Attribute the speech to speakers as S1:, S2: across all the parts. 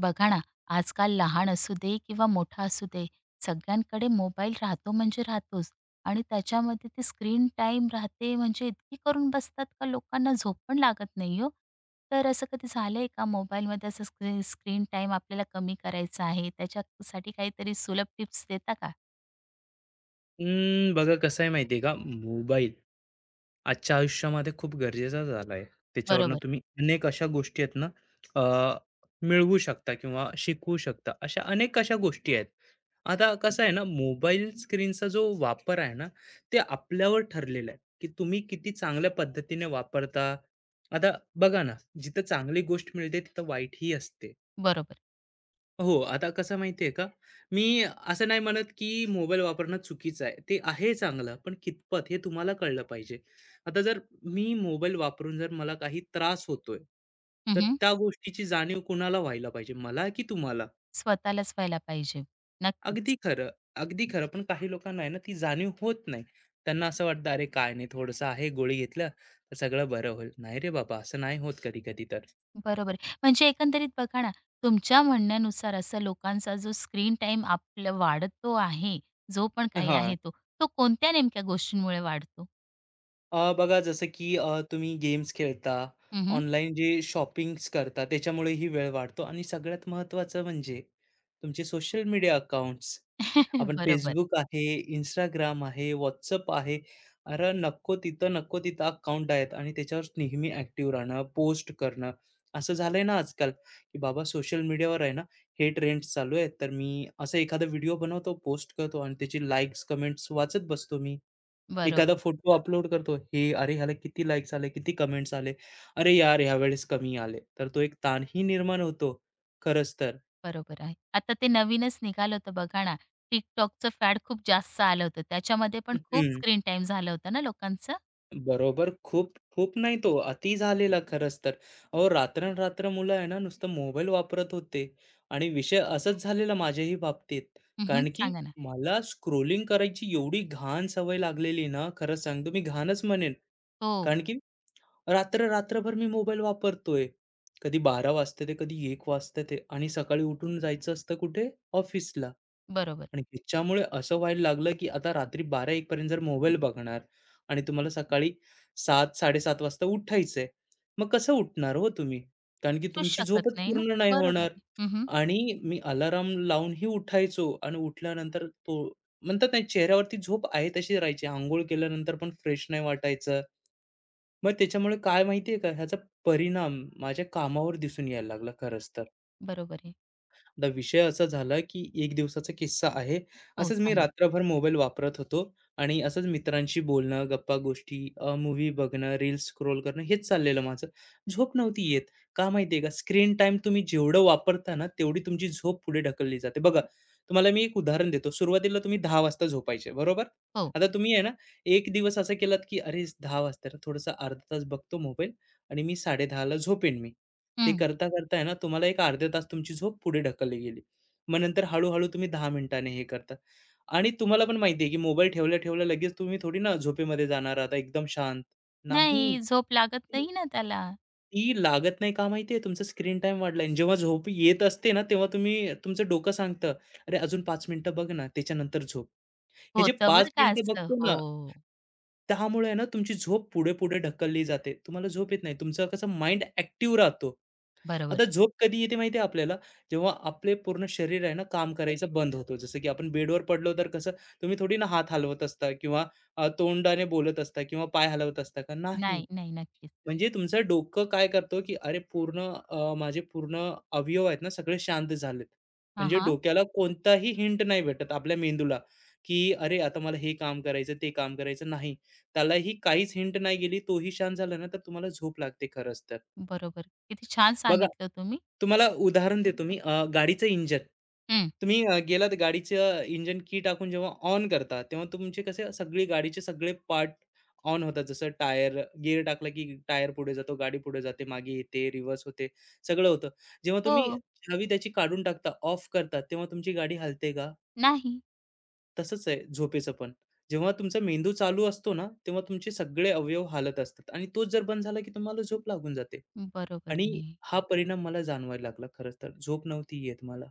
S1: बघा ना, आजकाल लहान असू दे किंवा मोठा असू दे, सगळ्यांकडे मोबाईल राहतो म्हणजे राहतोच आणि त्याच्यामध्ये ते स्क्रीन टाईम राहते म्हणजे इतकी करून बसतात का लोकांना झोप पण लागत नाही हो. तर असं कधी झालंय का मोबाईलमध्ये असं स्क्रीन टाईम आपल्याला कमी करायचा आहे, त्याच्यासाठी काहीतरी सुलभ टिप्स देता का?
S2: बघा कसं आहे माहिती आहे का? मोबाईल आजच्या आयुष्यामध्ये खूप गरजेचा झाला आहे. त्याच्यावरनं
S1: बरोबर,
S2: तुम्ही अनेक अशा गोष्टी आहेत ना अ, मिळवू शकता किंवा शिकवू शकता. अशा अनेक अशा गोष्टी आहेत. आता कसं आहे ना, मोबाईल स्क्रीनचा जो वापर आहे ना, ते आपल्यावर ठरलेला आहे, की तुम्ही किती चांगल्या पद्धतीने वापरता. आता बघा ना, जिथं चांगली गोष्ट मिळते तिथं वाईटही असते.
S1: बरोबर.
S2: हो, आता कसं माहिती आहे का, मी असं नाही म्हणत, की मोबाईल वापरणं चुकीचं आहे. ते आहे चांगलं, पण कितपत हे तुम्हाला कळलं पाहिजे. आता जर मी मोबाईल वापरून जर मला काही त्रास होतोय, तर
S1: हं,
S2: त्या गोष्टीची जाणीव कुणाला व्हायला पाहिजे, मला की तुम्हाला?
S1: स्वतःलाच व्हायला पाहिजे.
S2: अगदी
S1: नक्कीच.
S2: खरं, अगदी खरं. पण काही लोकांना आहे ना, ती जाणीव होत नाही. त्यांना असं वाटतं, "अरे काय नाही, थोडंसं आहे, गोळी घेतलं, तर सगळं बरं होईल." नाही रे बाबा, असं नाही होत कधी-कधी तर.
S1: बरोबर आहे. म्हणजे एकंदरीत बघा ना, तुमच्या म्हणण्यानुसार असं लोकांचा जो स्क्रीन टाइम आपला वाढतो आहे, जो पण काही
S2: हां.
S1: आहे तो, तो कोणत्या नेमक्या गोष्टींमुळे वाढतो?
S2: बघा जसं की तुम्ही गेम्स खेळता,
S1: हं, हं.
S2: ऑनलाईन जे शॉपिंग्स करता त्याच्यामुळे ही वेळ वाढतो आणि सगळ्यात महत्त्वाचं म्हणजे तुमचे सोशल मीडिया अकाउंट्स. आपण
S1: बरोबर,
S2: Facebook आहे, Instagram आहे, WhatsApp आहे. अरे नको तिथं अकाउंट आहेत आणि त्याच्यावर नेहमी ॲक्टिव्ह राहणं, पोस्ट करणं. असं झालंय ना आजकाल, की बाबा सोशल मीडियावर आहे ना, हे ट्रेंड्स चालू आहेत, तर मी असा एखादा व्हिडिओ बनवतो, पोस्ट करतो आणि त्याची लाईक्स, कमेंट्स वाचत बसतो मी. एखादा
S1: बरोबर,
S2: फोटो अपलोड करतो, हे अरे ह्याला किती लाइक्स आले, किती कमेंट्स आले. अरे यार, ह्यावेळेस कमी आले. तर तो एक ताणही निर्माण होतो, खरंच तर.
S1: बरोबर आहे. आता ते नवीनच निघालं होतं बघा ना, TikTokचं फॅड खूप जास्त आलं होतं. त्याच्यामध्ये पण खूप
S2: हं.
S1: स्क्रीन टाईम झालं होतं ना लोकांचं?
S2: बरोबर. खूप खूप नाही तो अति झालेला खरंच तर. अहो, रात्रंरात्र मुलं आहे ना, नुसतं मोबाईल वापरत होते आणि विषय असंच झालेला माझ्याही बाबतीत.
S1: हं,
S2: कारण की
S1: सांगा ना.
S2: मला स्क्रोलिंग करायची एवढी घाण सवय लागलेली ना, खरं सांगतो मी घाणच म्हणेन.
S1: हो,
S2: कारण की रात्र रात्रभर मी मोबाईल वापरतोय. कधी 12 वाजता ते कधी एक वाजता ते आणि सकाळी उठून जायचं असतं कुठे? ऑफिसला.
S1: बरोबर.
S2: आणि त्याच्यामुळे असं व्हायला लागलं, की आता रात्री 12 एक पर्यंत जर मोबाईल बघणार आणि तुम्हाला सकाळी 7-7:30 वाजता उठायचंय. मग कसं उठणार हो तुम्ही? कारण की
S1: उठूच
S2: तुमची
S1: शकत
S2: झोपच
S1: नाही ना.
S2: पूर्ण नाही
S1: बरोबर
S2: होणार.
S1: आहे. हं,
S2: आणि मी अलार्म लावूनही उठायचो आणि उठल्यानंतर तो म्हणतात ना, चेहऱ्यावरती झोप आहे तशी राहायची. अंघोळ केल्यानंतर पण फ्रेश नाही वाटायचं. मग त्याच्यामुळे काय माहिती आहे का, ह्याचा परिणाम माझ्या कामावर दिसून यायला लागला खरंच तर.
S1: बरोबर आहे.
S2: आता विषय असा झाला, की एक दिवसाचा किस्सा आहे.
S1: हो,
S2: असंच मी
S1: सांगा ना.
S2: रात्रभर मोबाईल वापरत होतो आणि असंच मित्रांशी बोलणं, गप्पा-गोष्टी, मूव्ही बघणं, रील्स स्क्रोल करणं हेच चाललेलं माझं. झोप नव्हती येत. का माहिती का? स्क्रीन टाईम तुम्ही जेवढं वापरता ना, तेवढी तुमची झोप पुढे ढकलली जाते. बघा, तुम्हाला मी एक उदाहरण देतो. सुरुवातीला तुम्ही 10:00 वाजता झोपायचे, बरोबर?
S1: हो.
S2: आता तुम्ही आहे ना, एक दिवस असा केलात, की "अरे, 10:00 वाजता थोडंसं अर्धा तास बघतो मोबाईल आणि मी 10:30ला झोपेन मी." ते
S1: हं.
S2: करता, करता आहे ना तुम्हाला एक अर्धा तास तुमची झोप पुढे ढकलली गेली. मग नंतर हळू तुम्ही दहा मिनिटांनी हे करता आणि तुम्हाला पण माहिती आहे, की मोबाईल ठेवल्या-ठेवल्या लगेच तुम्ही थोडी ना झोपेमध्ये जाणार आता एकदम शांत. नाही.
S1: नाही, झोप लागत नाही ना त्याला.
S2: ती लागत नाही का माहिती तुमचा स्क्रीन टाईम वाढलाय आणि जेव्हा झोप येत असते ना, तेव्हा तुम्ही तुमचं डोकं सांगतं, "अरे अजून 5 मिनिटं बघ ना, त्याच्यानंतर झोप." हे जे
S1: होतं
S2: 5
S1: बरं का
S2: मिनिटं
S1: असं.
S2: बघतो
S1: हो,
S2: ना त्यामुळे आहे ना तुमची झोप पुढे-पुढे ढकलली जाते. तुम्हाला झोप येत नाही. तुमचा कसं माइंड ॲक्टिव्ह राहतो.
S1: बरोबर.
S2: आता झोप कधी येते माहिती आहे आपल्याला, जेव्हा आपले पूर्ण शरीर आहे ना काम करायचं बंद होतो जसं की आपण बेडवर पडलो तर कसं तुम्ही थोडी ना हात हलवत असता किंवा तोंडाने बोलत असता किंवा पाय हलवत असता का? नाही.
S1: नाही, नाही. नक्कीच.
S2: म्हणजे तुमचं डोकं काय करतो, की अरे पूर्ण माझे पूर्ण अवयव आहेत ना सगळे शांत झालेत.
S1: हां,
S2: म्हणजे
S1: हां.
S2: डोक्याला कोणताही हिंट नाही भेटत आपल्या मेंदूला, की अरे आता मला हे काम करायचं, ते काम करायचं नाही. त्यालाही काहीच हिंट नाही गेली, तोही शांत झाला ना, तर तुम्हाला झोप लागते खरंच तर.
S1: बरोबर. किती छान
S2: बघा,
S1: सांगितलं तुम्ही.
S2: तुम्हाला उदाहरण देतो मी गाडीचं इंजन.
S1: हं.
S2: तुम्ही गेलात गाडीचं इंजन की टाकून जेव्हा ऑन करता, तेव्हा तुमचे कसे सगळी गाडीचे सगळे पार्ट ऑन होतात. जसं टायर गिअर टाकला की टायर पुढे जातो, गाडी पुढे जाते, मागे येते, रिव्हर्स होते, सगळं होतं. जेव्हा तुम्ही
S1: हो.
S2: चावी त्याची काढून टाकता, ऑफ करता, तेव्हा तुमची गाडी हलते का?
S1: नाही.
S2: तसंच आहे झोपेचं पण. जेव्हा तुमचा मेंदू चालू असतो ना, तेव्हा तुमचे सगळे अवयव हालत असतात आणि तोच जर बंद झाला की तुम्हाला झोप लागून जाते.
S1: बरोबर
S2: आणि
S1: आहे.
S2: हा परिणाम मला जाणवायला लागला खरंच तर. झोप नव्हती येत मला.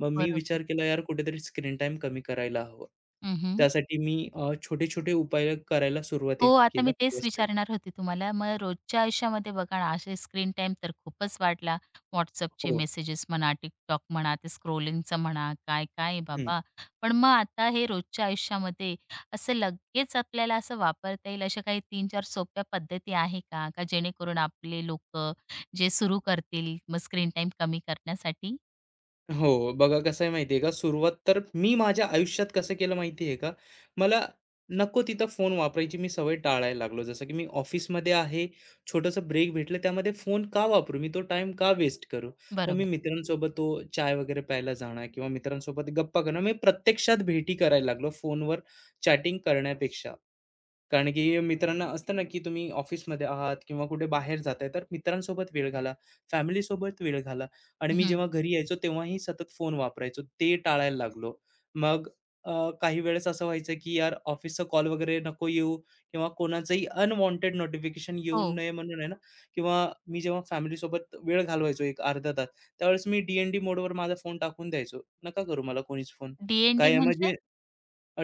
S2: मग मी
S1: बरोबर.
S2: विचार केला यार कुठेतरी स्क्रीन टाईम कमी करायला हवं.
S1: हं, हं.
S2: त्यासाठी मी छोटे-छोटे उपाय करायला
S1: हो,
S2: सुरुवाती
S1: आता
S2: केलं.
S1: मी तेच
S2: खरंच तर.
S1: विचारणार होते तुम्हाला. मग रोजच्या आयुष्यामध्ये बघा ना, असे स्क्रीन टाईम तर खूपच वाढला. WhatsAppचे
S2: हो.
S1: मेसेजेस म्हणा, TikTok म्हणा, ते स्क्रोलिंगचं म्हणा, काय-काय आहे बाबा. पण मग आता हे रोजच्या आयुष्यामध्ये असं लगेच आपल्याला असं वापरता येईल अशा काही 3-4 सोप्या पद्धती आहे का? का जेणेकरून आपले लोकं जे सुरू करतील मग स्क्रीन टाईम कमी करण्यासाठी?
S2: हो, बघा कसं आहे माहिती का, सुरुवात तर मी माझ्या आयुष्यात कसं केलं माहिती आहे का, मला नको तिथं फोन वापरायची मी सवय टाळायला लागलो. जसं की मी ऑफिसमध्ये आहे, छोटंसं ब्रेक भेटलं त्यामध्ये फोन का वापरू? मी तो टाइम का वेस्ट करू? मग मी
S1: बरोबर.
S2: मित्रांसोबत तो चाय वगैरे प्यायला जाणं किंवा मित्रांसोबत गप्पा करणं, मी प्रत्यक्षात भेटी करायला लागलो फोनवर चॅटिंग करण्यापेक्षा. कारण की मित्रांना असतं ना, की तुम्ही ऑफिसमध्ये आहात किंवा कुठे बाहेर जाताय, तर मित्रांसोबत वेळ घाला, फॅमिलीसोबत वेळ घाला. आणि मी
S1: हं.
S2: जेव्हा घरी यायचो तेव्हाही सतत फोन वापरायचो. ते टाळायला लागलो. मग अ, काही वेळेस असं व्हायचं, की यार ऑफिसचा कॉल वगैरे नको येऊ किंवा कोणाचंही अनवॉन्टेड नोटिफिकेशन येऊ
S1: हो.
S2: नये म्हणून आहे ना किंवा मी जेव्हा फॅमिलीसोबत वेळ घालवायचो एक अर्धा तास, त्यावेळेस मी डी मोडवर माझा फोन टाकून द्यायचो. नका करू मला कोणीच फोन. काय
S1: डी
S2: आहे
S1: म्हणजे?
S2: म्हणजे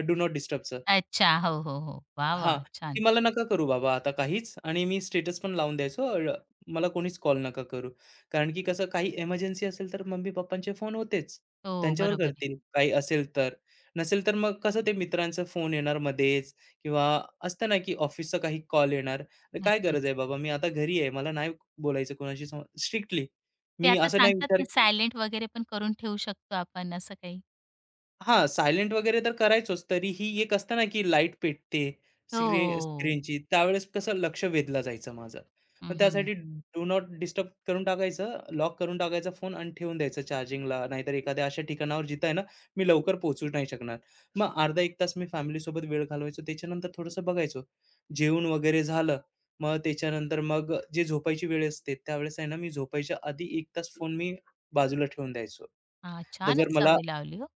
S2: डू नॉट डिस्टर्बचं.
S1: अच्छा. हो, हो, हो. वाह,
S2: हां,
S1: वाह!
S2: की
S1: छान.
S2: मला नका करू बाबा आता काहीच आणि मी स्टेटस पण लावून द्यायचो अ, मला कोणीच कॉल नका करू. कारण की कसं काही इमर्जन्सी असेल तर मम्मी-पप्पांचे फोन होतेच.
S1: हो,
S2: त्यांच्यावर
S1: बरोबर आहे.
S2: करतील काही असेल तर. नसेल तर मग कसं ते मित्रांचा फोन येणार मध्येच किंवा असतं ना, की ऑफिसचा काही कॉल येणार. तर काय गरज
S1: नक्कीच.
S2: आहे बाबा मी आता घरी आहे. मला नाही बोलायचं कोणाशी स्ट्रिक्टली.
S1: ते
S2: मी
S1: आता
S2: असा नाही
S1: सांगतात
S2: विचार
S1: ना, सायलेंट वगैरे पण करून ठेवू शकतो आपण असं काही.
S2: हां, सायलेंट वगैरे तर करायचोच. तरीही एक असतं ना, की लाईट पेटते स्क्रीन
S1: हो.
S2: स्क्रीनची. त्यावेळेस कसं लक्ष वेधलं जायचं माझं.
S1: हं,
S2: मग
S1: हं.
S2: त्यासाठी डू नॉट डिस्टर्ब करून टाकायचं, लॉक करून टाकायचा फोन आणि ठेवून द्यायचं चार्जिंगला. नाहीतर एखाद्या अशा ठिकाणावर जिथं आहे ना, मी लवकर पोहोचू नाही शकणार. मग अर्धा एक तास मी फॅमिलीसोबत वेळ घालवायचो. त्याच्यानंतर थोडंसं बघायचो. जेवण वगैरे झालं. मग त्याच्यानंतर मग जे झोपायची वेळ असते त्यावेळेस आहे ना, मी झोपायच्या आधी 1 तास फोन मी बाजूला ठेवून द्यायचो.
S1: हां,
S2: आता जर
S1: छानच
S2: मला
S1: सवय लावली हो.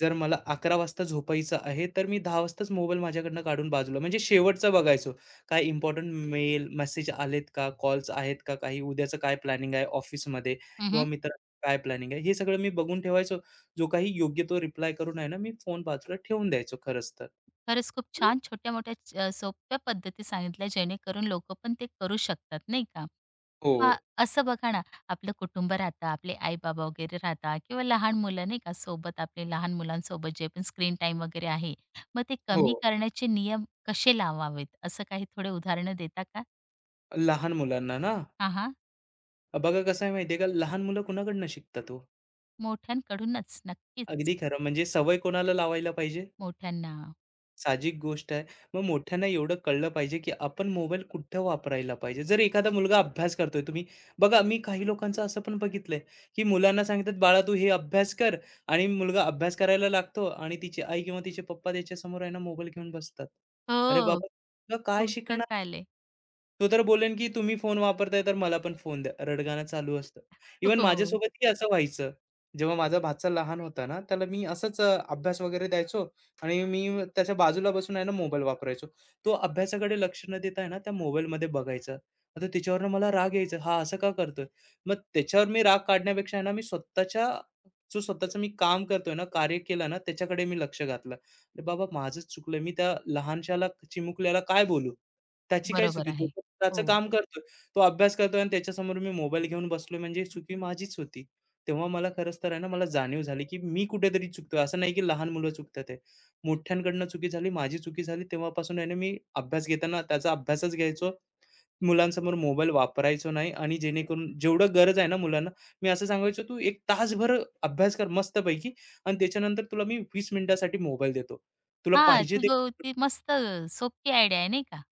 S2: जर मला 11 वाजता झोपायचं आहे, तर मी 10 वाजताच मोबाईल माझ्याकडनं काढून बाजूला म्हणजे शेवटचा बघायचो. काय इम्पोर्टंट मेल, मेसेज आलेत का? कॉल्स आहेत का? काही उद्याचं काय प्लॅनिंग आहे ऑफिसमध्ये किंवा
S1: हं,
S2: मित्रांचं काय प्लॅनिंग आहे? हे सगळं मी बघून ठेवायचो. जो काही योग्य तो रिप्लाय करून आहे ना, मी फोन बाजूला ठेवून द्यायचो खरंच तर.
S1: खरंच खूप छान छोट्या-मोठ्या सोप्या पद्धती सांगितल्या जेणेकरून लोकं पण ते करू शकतात नाही का?
S2: हो,
S1: हां, असं बघा ना, आपलं कुटुंब राहतं, आपले आई-बाबा वगैरे राहतात किंवा लहान मुलं नाही का सोबत आपले लहान मुलांसोबत जे पण स्क्रीन टाईम वगैरे आहे, मग ते
S2: हो.
S1: कमी करण्याचे नियम कसे लावावेत असं काही थोडे उदाहरणं देता का?
S2: लहान मुलांना ना.
S1: हां, हां.
S2: बघा कसं आहे माहिती का? लहान मुलं कुणाकडनं शिकतात हो?
S1: मोठ्यांकडूनच नक्कीच.
S2: अगदी खरं म्हणजे सवय कोणाला लावायला पाहिजे?
S1: मोठ्यांना.
S2: साहजिक गोष्ट आहे. मग मोठ्यांना एवढं कळलं पाहिजे, की आपण मोबाईल कुठं वापरायला पाहिजे. जर एखादा मुलगा अभ्यास करतोय, तुम्ही बघा मी काही लोकांचं असं पण बघितलंय, की मुलांना सांगतात, "बाळा तू हे अभ्यास कर" आणि मुलगा अभ्यास करायला लागतो आणि तिची आई किंवा तिचे पप्पा त्याच्यासमोर आहे ना मोबाईल घेऊन बसतात. अरे
S1: हो,
S2: बाबा, तुला काय
S1: खूपदाच
S2: शिकणार?
S1: पाहिले.
S2: तो तर बोलेन, की तुम्ही फोन वापरताय तर मला पण फोन द्या. रडगाणं चालू असतं. इव्हन
S1: हो,
S2: माझ्यासोबतही असं व्हायचं. जेव्हा माझा भाचा लहान होता ना, त्याला मी असंच अभ्यास वगैरे द्यायचो आणि मी त्याच्या बाजूला बसून आहे ना मोबाईल वापरायचो. तो अभ्यासाकडे लक्ष न देता आहे ना त्या मोबाईलमध्ये बघायचा. आता त्याच्यावरनं मला राग यायचा, हा असं का करतोय? मग त्याच्यावर मी राग काढण्यापेक्षा आहे ना मी स्वतःच्या जो स्वतःचं मी काम करतोय ना, कार्य केलं ना त्याच्याकडे मी लक्ष घातलं. अरे बाबा माझंच चुकलं. मी त्या लहानशाला चिमुकल्याला काय बोलू? त्याची काय
S1: बरोबर
S2: चुकी? तो
S1: आहे.
S2: तर त्याचं
S1: हो.
S2: काम करतोय. तो अभ्यास करतोय आणि त्याच्यासमोर मी मोबाईल घेऊन बसलोय म्हणजे चुकी माझीच होती. तेव्हा मला खरंच तर आहे ना मला जाणीव झाली, की मी कुठेतरी चुकतोय. असं नाही की लहान मुलं चुकतात मोठ्यांकडनं चुकी झाली, माझी चुकी झाली. तेव्हापासून आहे ना, मी अभ्यास घेताना त्याचा अभ्यासच घ्यायचो. मुलांसमोर मोबाईल वापरायचो नाही आणि जेणेकरून जेवढं गरज आहे ना मुलांना, मी असं सांगायचो, "तू 1 तासभर अभ्यास कर मस्तपैकी आणि त्याच्यानंतर तुला मी 20 मिनिटासाठी मोबाईल देतो. तुला
S1: हां,
S2: पाहिजे ते"
S1: ती मस्त सोपी आयडिया आहे नाही का?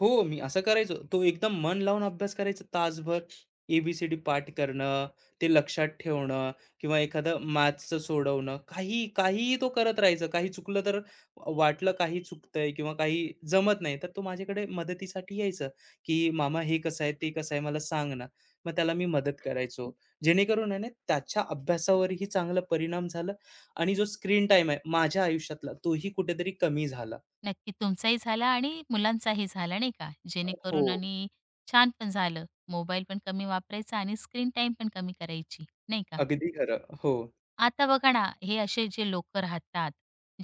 S2: हो, मी असं करायचो. तो एकदम मन लावून अभ्यास करायचा तासभर. ए पाठ करणं, ते लक्षात ठेवणं किंवा एखादं मॅथ्सचं सोडवणं. काही काहीही तो करत राहायचा. काही चुकलं तर वाटलं काही चुकतंय किंवा काही जमत नाही, तर तो माझ्याकडे मदतीसाठी यायचा, की "मामा हे कसं आहे, ते कसं आहे मला सांग ना." मग त्याला मी मदत करायचो. जेणेकरून आहे ना त्याच्या अभ्यासावरही चांगला परिणाम झाला आणि जो स्क्रीन टाईम आहे माझ्या आयुष्यातला तोही कुठेतरी कमी झाला.
S1: नक्की तुमचाही झाला आणि मुलांचाही झाला नाही का?
S2: हो,
S1: जेणेकरून आणि छान पण झालं. मोबाईल पण कमी वापरायचा आणि स्क्रीन टाइम पण कमी करायची, नाही का?
S2: अगदी खरं. हो.
S1: आता बघा ना, हे असे जे लोक राहतात,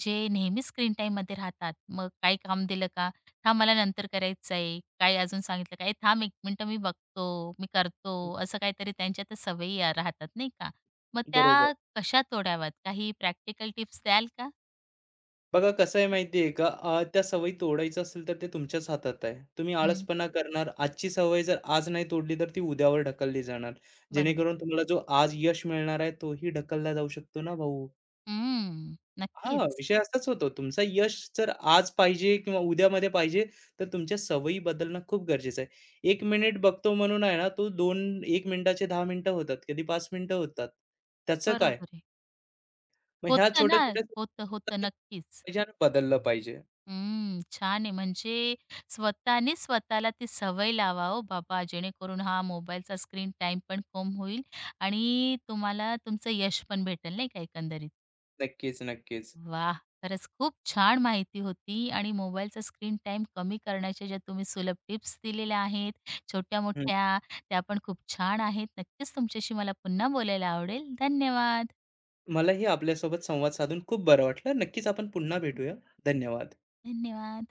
S1: जे नेहमी स्क्रीन टाईममध्ये राहतात, मग काय काम दिलं का, "थांब मला नंतर करायचं आहे." काय अजून सांगितलं का, "ए थांब 1 मिनिटं मी बघतो, मी करतो." असं काहीतरी त्यांच्या त्या सवयी या राहतात नाही का. मग
S2: बरोबर.
S1: त्या कशा तोडाव्यात? काही प्रॅक्टिकल टिप्स द्याल का?
S2: बघा कसं आहे माहिती का? त्या सवयी तोडायचं असेल तर ते तुमच्याच हातात आहे. तुम्ही
S1: हं,
S2: आळसपणा करणार. आजची सवय जर आज नाही तोडली तर ती उद्यावर ढकलली जाणार.
S1: बरोबर.
S2: जेणेकरून तुम्हाला जो आज यश मिळणार आहे तोही ढकलला जाऊ शकतो ना भाऊ.
S1: हं,
S2: हां,
S1: नक्कीच.
S2: विषय असाच होतो. तुमचा यश जर आज पाहिजे किंवा उद्यामध्ये पाहिजे तर तुमच्या सवयी बदलणं खूप गरजेचं आहे. 1 मिनिट बघतो म्हणून आहे ना तो 2 1 मिनिटाचे 10 मिनिटं होतात. कधी 5 मिनिटं होतात. त्याचं काय?
S1: बरोबर आहे.
S2: मग ह्या
S1: होतं ना,
S2: छोट्या-छोट्या
S1: होतं, होतं. नक्कीच.
S2: पाहिजे आणि बदललं पाहिजे.
S1: हं, छान आहे. म्हणजे स्वतःने स्वतःला ती सवय लावा हो बाबा, जेणेकरून हा मोबाईलचा स्क्रीन टाईम पण कमी होईल आणि तुम्हाला तुमचं यश पण भेटेल नाही का एकंदरीत.
S2: नक्कीच, नक्कीच.
S1: वाह! खरंच खूप छान माहिती होती आणि मोबाईलचा स्क्रीन टाईम कमी करण्याच्या ज्या तुम्ही सुलभ टिप्स दिलेल्या आहेत,
S2: हं.
S1: छोट्या-मोठ्या, त्या पण खूप छान आहेत. नक्कीच तुमच्याशी मला पुन्हा बोलायला आवडेल. धन्यवाद.
S2: मलाही आपल्यासोबत संवाद साधून खूप बरं वाटलं. नक्कीच आपण पुन्हा भेटूया. धन्यवाद.
S1: धन्यवाद.